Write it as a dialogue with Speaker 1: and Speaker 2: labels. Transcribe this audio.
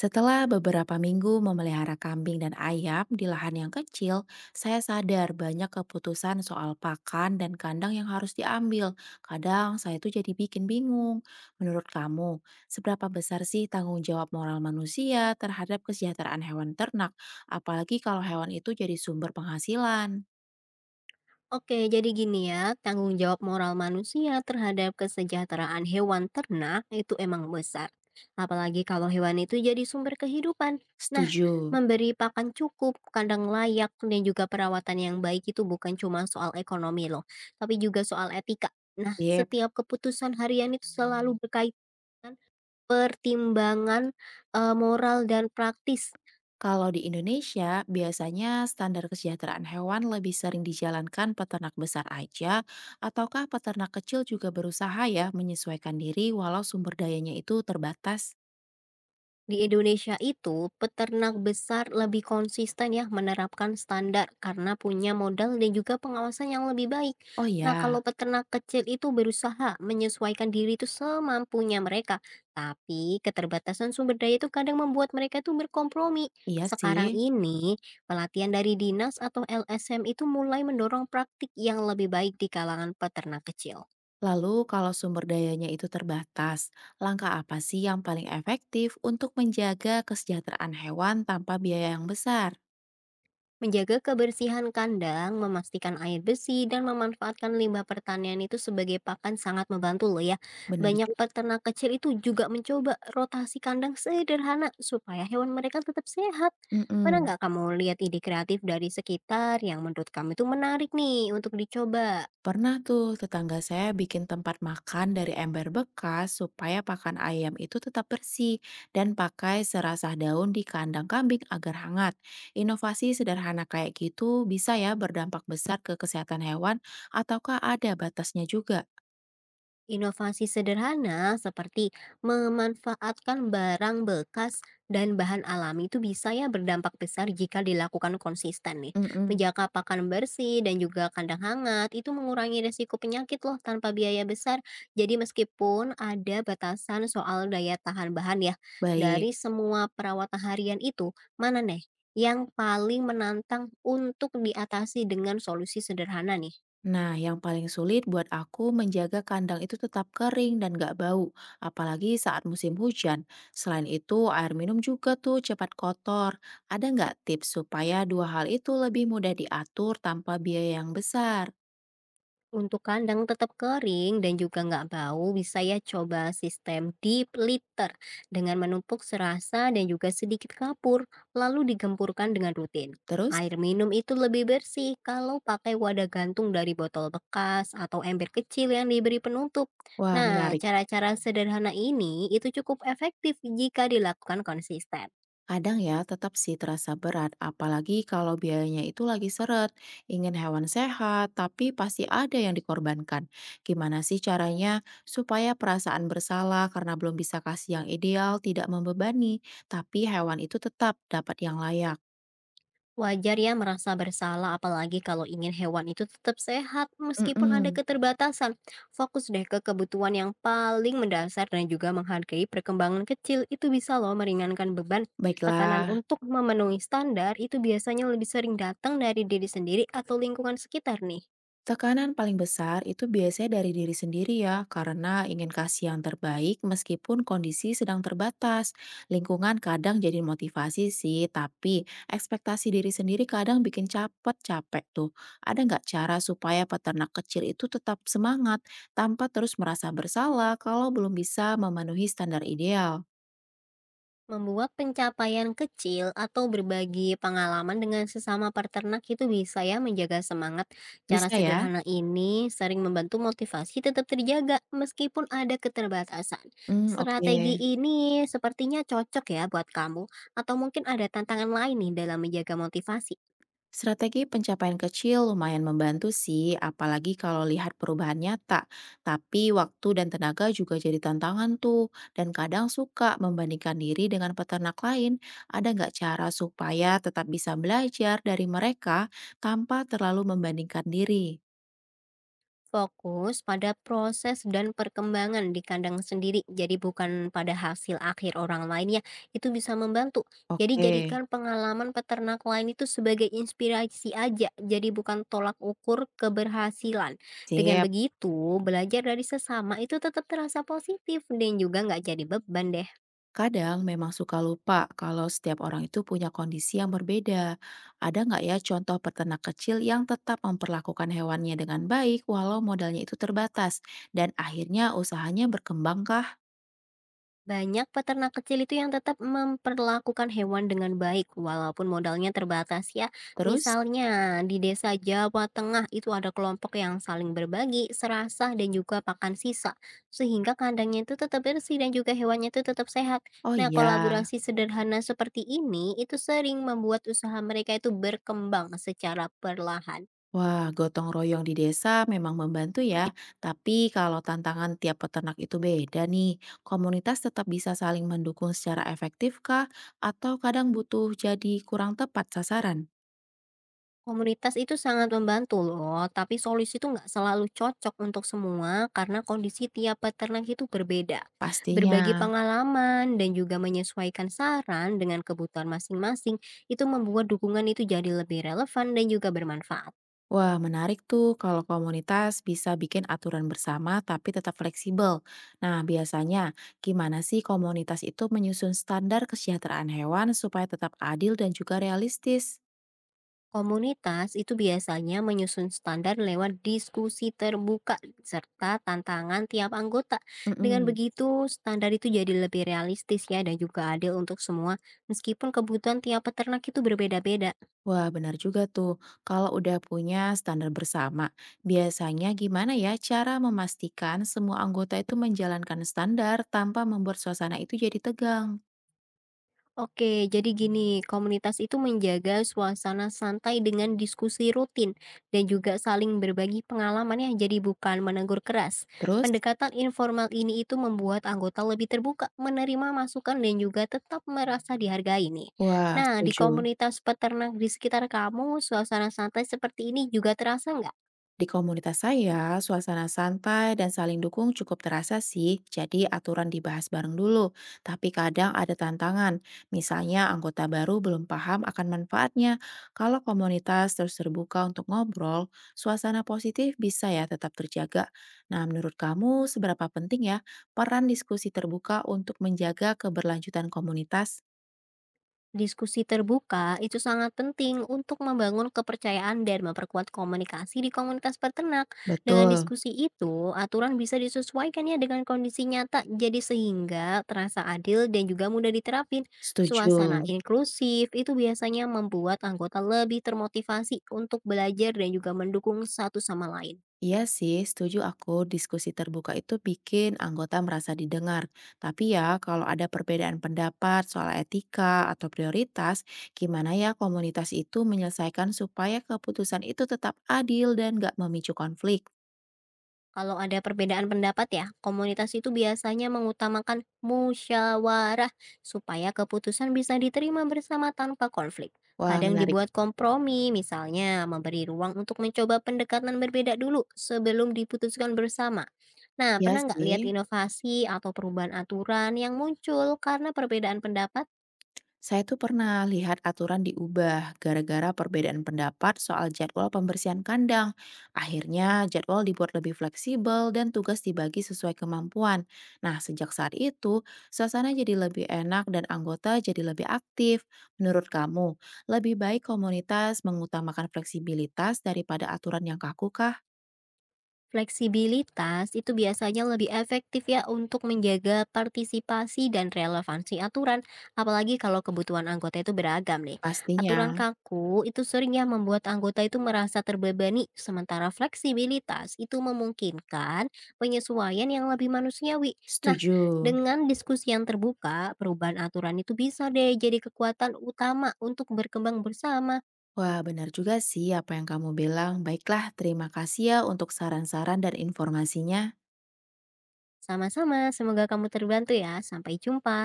Speaker 1: Setelah beberapa minggu memelihara kambing dan ayam di lahan yang kecil, saya sadar banyak keputusan soal pakan dan kandang yang harus diambil. Kadang saya itu jadi bikin bingung. Menurut kamu, seberapa besar sih tanggung jawab moral manusia terhadap kesejahteraan hewan ternak, apalagi kalau hewan itu jadi sumber penghasilan?
Speaker 2: Oke, jadi gini ya, tanggung jawab moral manusia terhadap kesejahteraan hewan ternak itu emang besar. Apalagi kalau hewan itu jadi sumber kehidupan. Nah,
Speaker 1: Setuju.
Speaker 2: memberi pakan cukup, kandang layak, dan juga perawatan yang baik itu bukan cuma soal ekonomi loh, tapi juga soal etika. Nah,
Speaker 1: Sip.
Speaker 2: setiap keputusan harian itu selalu berkaitan pertimbangan moral dan praktis.
Speaker 1: Kalau di Indonesia, biasanya standar kesejahteraan hewan lebih sering dijalankan peternak besar aja, ataukah peternak kecil juga berusaha ya menyesuaikan diri walau sumber dayanya itu terbatas?
Speaker 2: Di Indonesia itu, peternak besar lebih konsisten ya menerapkan standar karena punya modal dan juga pengawasan yang lebih baik.
Speaker 1: Oh
Speaker 2: Nah,
Speaker 1: ya,
Speaker 2: kalau peternak kecil itu berusaha menyesuaikan diri itu semampunya mereka, tapi keterbatasan sumber daya itu kadang membuat mereka itu berkompromi.
Speaker 1: iya
Speaker 2: Sekarang
Speaker 1: sih.
Speaker 2: ini, pelatihan dari dinas atau LSM itu mulai mendorong praktik yang lebih baik di kalangan peternak kecil.
Speaker 1: Lalu kalau sumber dayanya itu terbatas, langkah apa sih yang paling efektif untuk menjaga kesejahteraan hewan tanpa biaya yang besar?
Speaker 2: Menjaga kebersihan kandang, memastikan air bersih, dan memanfaatkan limbah pertanian itu sebagai pakan sangat membantu loh ya.
Speaker 1: Benar
Speaker 2: Banyak
Speaker 1: juga.
Speaker 2: peternak kecil itu juga mencoba rotasi kandang sederhana supaya hewan mereka tetap sehat. Pernah
Speaker 1: Mm-mm.
Speaker 2: nggak kamu lihat ide kreatif dari sekitar yang menurut kamu itu menarik nih untuk dicoba?
Speaker 1: Pernah tuh tetangga saya bikin tempat makan dari ember bekas supaya pakan ayam itu tetap bersih dan pakai serasah daun di kandang kambing agar hangat. Inovasi sederhana kayak gitu bisa ya berdampak besar ke kesehatan hewan ataukah ada batasnya juga?
Speaker 2: Inovasi sederhana seperti memanfaatkan barang bekas dan bahan alami itu bisa ya berdampak besar jika dilakukan konsisten nih.
Speaker 1: Mm-mm.
Speaker 2: Menjaga pakan bersih dan juga kandang hangat itu mengurangi risiko penyakit loh tanpa biaya besar. Jadi meskipun ada batasan soal daya tahan bahan ya,
Speaker 1: Baik.
Speaker 2: dari semua perawatan harian itu mana nih yang paling menantang untuk diatasi dengan solusi sederhana nih?
Speaker 1: Nah, yang paling sulit buat aku menjaga kandang itu tetap kering dan gak bau, apalagi saat musim hujan. Selain itu, air minum juga tuh cepat kotor. Ada nggak tips supaya dua hal itu lebih mudah diatur tanpa biaya yang besar?
Speaker 2: Untuk kandang tetap kering dan juga nggak bau, bisa ya coba sistem deep litter dengan menumpuk serasa dan juga sedikit kapur, lalu digempurkan dengan rutin.
Speaker 1: Terus,
Speaker 2: Air minum itu lebih bersih kalau pakai wadah gantung dari botol bekas atau ember kecil yang diberi penutup.
Speaker 1: wah
Speaker 2: Nah,
Speaker 1: menarik.
Speaker 2: cara-cara sederhana ini itu cukup efektif jika dilakukan konsisten.
Speaker 1: Kadang ya, tetap sih terasa berat, apalagi kalau biayanya itu lagi seret. Ingin hewan sehat, tapi pasti ada yang dikorbankan. Gimana sih caranya supaya perasaan bersalah karena belum bisa kasih yang ideal tidak membebani, tapi hewan itu tetap dapat yang layak?
Speaker 2: Wajar ya merasa bersalah apalagi kalau ingin hewan itu tetap sehat meskipun ada
Speaker 1: Mm-mm.
Speaker 2: keterbatasan. Fokus deh ke kebutuhan yang paling mendasar dan juga menghargai perkembangan kecil itu bisa loh meringankan beban. Tekanan
Speaker 1: Baiklah,
Speaker 2: untuk memenuhi standar itu biasanya lebih sering datang dari diri sendiri atau lingkungan sekitar nih.
Speaker 1: tekanan paling besar itu biasanya dari diri sendiri ya, karena ingin kasih yang terbaik meskipun kondisi sedang terbatas. Lingkungan kadang jadi motivasi sih, tapi ekspektasi diri sendiri kadang bikin capek capek tuh. Ada nggak cara supaya peternak kecil itu tetap semangat tanpa terus merasa bersalah kalau belum bisa memenuhi standar ideal?
Speaker 2: Membuat pencapaian kecil atau berbagi pengalaman dengan sesama peternak itu bisa ya menjaga semangat. Cara
Speaker 1: Bisa ya?
Speaker 2: sederhana ini sering membantu motivasi tetap terjaga meskipun ada keterbatasan.
Speaker 1: Hmm,
Speaker 2: Strategi
Speaker 1: oke.
Speaker 2: ini sepertinya cocok ya buat kamu atau mungkin ada tantangan lain nih dalam menjaga motivasi.
Speaker 1: Strategi pencapaian kecil lumayan membantu sih, apalagi kalau lihat perubahan nyata. Tapi waktu dan tenaga juga jadi tantangan tuh, dan kadang suka membandingkan diri dengan peternak lain. Ada nggak cara supaya tetap bisa belajar dari mereka tanpa terlalu membandingkan diri?
Speaker 2: Fokus pada proses dan perkembangan di kandang sendiri, jadi bukan pada hasil akhir orang lainnya. Itu bisa membantu. Jadi
Speaker 1: Oke,
Speaker 2: jadikan pengalaman peternak lain itu sebagai inspirasi aja, jadi bukan tolak ukur keberhasilan. Dengan
Speaker 1: siap.
Speaker 2: begitu, belajar dari sesama itu tetap terasa positif dan juga nggak jadi beban deh.
Speaker 1: Kadang memang suka lupa kalau setiap orang itu punya kondisi yang berbeda. Ada nggak ya contoh peternak kecil yang tetap memperlakukan hewannya dengan baik walau modalnya itu terbatas dan akhirnya usahanya berkembang kah?
Speaker 2: Banyak peternak kecil itu yang tetap memperlakukan hewan dengan baik walaupun modalnya terbatas ya.
Speaker 1: Terus?
Speaker 2: Misalnya di desa Jawa Tengah itu ada kelompok yang saling berbagi, serasah dan juga pakan sisa. Sehingga kandangnya itu tetap bersih dan juga hewannya itu tetap sehat.
Speaker 1: Oh
Speaker 2: Nah,
Speaker 1: iya,
Speaker 2: kolaborasi sederhana seperti ini itu sering membuat usaha mereka itu berkembang secara perlahan.
Speaker 1: wah gotong royong di desa memang membantu ya. Tapi kalau tantangan tiap peternak itu beda nih, komunitas tetap bisa saling mendukung secara efektif kah? Atau kadang butuh jadi kurang tepat sasaran?
Speaker 2: Komunitas itu sangat membantu loh, tapi solusi itu nggak selalu cocok untuk semua karena kondisi tiap peternak itu berbeda. Berbagi
Speaker 1: Pastinya.
Speaker 2: pengalaman dan juga menyesuaikan saran dengan kebutuhan masing-masing itu membuat dukungan itu jadi lebih relevan dan juga bermanfaat.
Speaker 1: Wah, menarik tuh kalau komunitas bisa bikin aturan bersama tapi tetap fleksibel. Nah, biasanya gimana sih komunitas itu menyusun standar kesejahteraan hewan supaya tetap adil dan juga realistis?
Speaker 2: Komunitas itu biasanya menyusun standar lewat diskusi terbuka serta tantangan tiap anggota. Dengan
Speaker 1: Mm-mm.
Speaker 2: begitu, standar itu jadi lebih realistis ya dan juga adil untuk semua, meskipun kebutuhan tiap peternak itu berbeda-beda.
Speaker 1: Wah, benar juga tuh. Kalau udah punya standar bersama, biasanya gimana ya cara memastikan semua anggota itu menjalankan standar tanpa membuat suasana itu jadi tegang?
Speaker 2: Oke, jadi gini, komunitas itu menjaga suasana santai dengan diskusi rutin dan juga saling berbagi pengalaman ya, jadi bukan menegur keras.
Speaker 1: Terus?
Speaker 2: Pendekatan informal ini itu membuat anggota lebih terbuka menerima masukan dan juga tetap merasa dihargai nih.
Speaker 1: Wah,
Speaker 2: Nah, di
Speaker 1: setuju.
Speaker 2: komunitas peternak di sekitar kamu, suasana santai seperti ini juga terasa nggak?
Speaker 1: Di komunitas saya, suasana santai dan saling dukung cukup terasa sih, jadi aturan dibahas bareng dulu. Tapi kadang ada tantangan, misalnya anggota baru belum paham akan manfaatnya. Kalau komunitas terus terbuka untuk ngobrol, suasana positif bisa ya tetap terjaga. Nah, menurut kamu seberapa penting ya peran diskusi terbuka untuk menjaga keberlanjutan komunitas?
Speaker 2: Diskusi terbuka itu sangat penting untuk membangun kepercayaan dan memperkuat komunikasi di komunitas peternak. Dengan
Speaker 1: Betul,
Speaker 2: diskusi itu, aturan bisa disesuaikan ya dengan kondisi nyata, jadi sehingga terasa adil dan juga mudah diterapin. Suasana
Speaker 1: setuju.
Speaker 2: inklusif itu biasanya membuat anggota lebih termotivasi untuk belajar dan juga mendukung satu sama lain.
Speaker 1: Iya sih, setuju aku. Diskusi terbuka itu bikin anggota merasa didengar. Tapi ya, kalau ada perbedaan pendapat soal etika atau prioritas, gimana ya komunitas itu menyelesaikan supaya keputusan itu tetap adil dan gak memicu konflik?
Speaker 2: Kalau ada perbedaan pendapat ya, komunitas itu biasanya mengutamakan musyawarah supaya keputusan bisa diterima bersama tanpa konflik.
Speaker 1: Wah,
Speaker 2: Kadang
Speaker 1: menarik.
Speaker 2: dibuat kompromi, misalnya memberi ruang untuk mencoba pendekatan berbeda dulu sebelum diputuskan bersama. Nah,
Speaker 1: Iya
Speaker 2: pernah nggak lihat
Speaker 1: sih.
Speaker 2: inovasi atau perubahan aturan yang muncul karena perbedaan pendapat?
Speaker 1: Saya tuh pernah lihat aturan diubah gara-gara perbedaan pendapat soal jadwal pembersihan kandang. Akhirnya jadwal dibuat lebih fleksibel dan tugas dibagi sesuai kemampuan. Nah, sejak saat itu, suasana jadi lebih enak dan anggota jadi lebih aktif. Menurut kamu, lebih baik komunitas mengutamakan fleksibilitas daripada aturan yang kaku kah?
Speaker 2: Fleksibilitas itu biasanya lebih efektif ya untuk menjaga partisipasi dan relevansi aturan, apalagi kalau kebutuhan anggota itu beragam nih. Aturan
Speaker 1: Pastinya.
Speaker 2: kaku itu seringnya membuat anggota itu merasa terbebani, sementara fleksibilitas itu memungkinkan penyesuaian yang lebih manusiawi. Nah,
Speaker 1: Setuju.
Speaker 2: dengan diskusi yang terbuka, perubahan aturan itu bisa deh jadi kekuatan utama untuk berkembang bersama.
Speaker 1: Wah, benar juga sih apa yang kamu bilang. Baiklah, terima kasih ya untuk saran-saran dan informasinya.
Speaker 2: Sama-sama, semoga kamu terbantu ya. Sampai jumpa.